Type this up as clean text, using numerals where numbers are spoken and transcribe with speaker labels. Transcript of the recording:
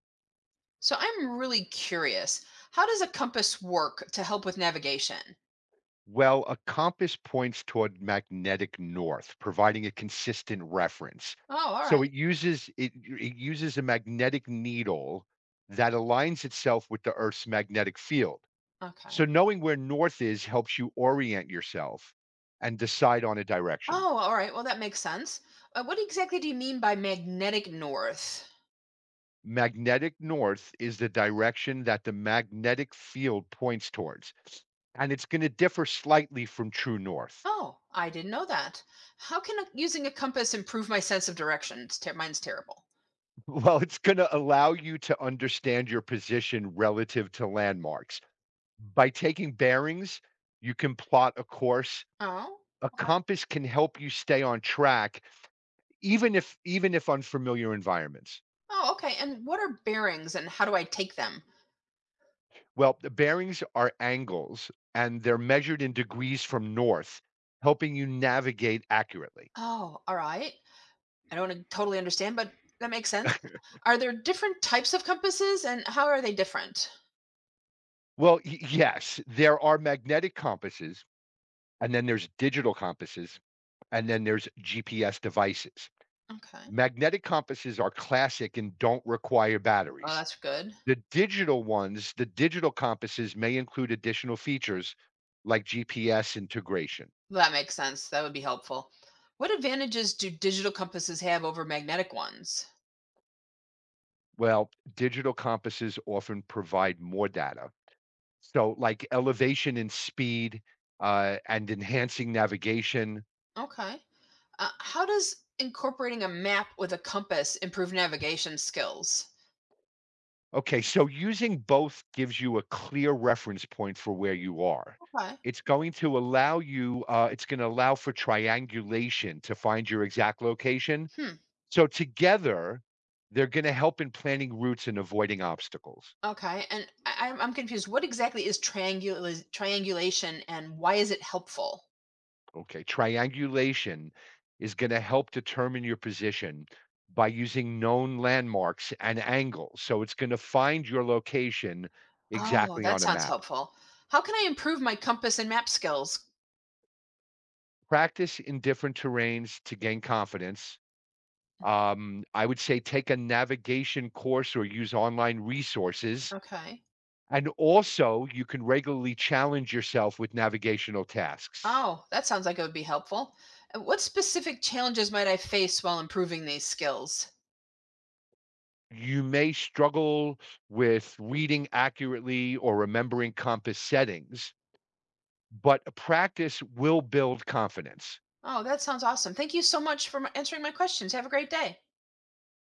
Speaker 1: So I'm really curious. How does a compass work to help with navigation?
Speaker 2: Well, a compass points toward magnetic north, providing a consistent reference.
Speaker 1: Oh, all right.
Speaker 2: So it uses a magnetic needle that aligns itself with the Earth's magnetic field.
Speaker 1: Okay.
Speaker 2: So knowing where north is helps you orient yourself and decide on a direction.
Speaker 1: Oh, all right. Well, that makes sense. What exactly do you mean by magnetic north?
Speaker 2: Magnetic north is the direction that the magnetic field points towards, and it's going to differ slightly from true north.
Speaker 1: Oh, I didn't know that. How can using a compass improve my sense of direction? It's mine's terrible.
Speaker 2: Well, it's gonna allow you to understand your position relative to landmarks. By taking bearings, you can plot a course.
Speaker 1: Oh.
Speaker 2: A compass can help you stay on track even if unfamiliar environments.
Speaker 1: Oh, okay. And what are bearings and how do I take them?
Speaker 2: Well, the bearings are angles and they're measured in degrees from north, helping you navigate accurately.
Speaker 1: Oh, all right. I don't totally understand, but that makes sense. Are there different types of compasses and how are they different?
Speaker 2: Well, yes, there are magnetic compasses and then there's digital compasses and then there's GPS devices.
Speaker 1: Okay.
Speaker 2: Magnetic compasses are classic and don't require
Speaker 1: Oh,
Speaker 2: batteries.
Speaker 1: that's good.
Speaker 2: The digital compasses may include additional features like GPS integration.
Speaker 1: That makes sense. That would be helpful. What advantages do digital compasses have over magnetic ones?
Speaker 2: Well, digital compasses often provide more data, so like elevation and speed and enhancing navigation.
Speaker 1: Okay. How does incorporating a map with a compass improve navigation skills?
Speaker 2: Okay, so using both gives you a clear reference point for where you are.
Speaker 1: Okay.
Speaker 2: It's going to allow you, it's going to allow for triangulation to find your exact location.
Speaker 1: Hmm.
Speaker 2: So together, they're going to help in planning routes and avoiding obstacles.
Speaker 1: Okay. And I'm confused. What exactly is triangulation and why is it helpful?
Speaker 2: Okay. Triangulation is going to help determine your position by using known landmarks and angles. So it's going to find your location
Speaker 1: Oh,
Speaker 2: exactly
Speaker 1: that
Speaker 2: on a
Speaker 1: sounds
Speaker 2: map.
Speaker 1: helpful. How can I improve my compass and map skills?
Speaker 2: Practice in different terrains to gain confidence. I would say take a navigation course or use online resources.
Speaker 1: Okay.
Speaker 2: And also, you can regularly challenge yourself with navigational tasks.
Speaker 1: Oh, that sounds like it would be helpful. And what specific challenges might I face while improving these skills?
Speaker 2: You may struggle with reading accurately or remembering compass settings, but practice will build confidence.
Speaker 1: Oh, that sounds awesome. Thank you so much for answering my questions. Have a great day.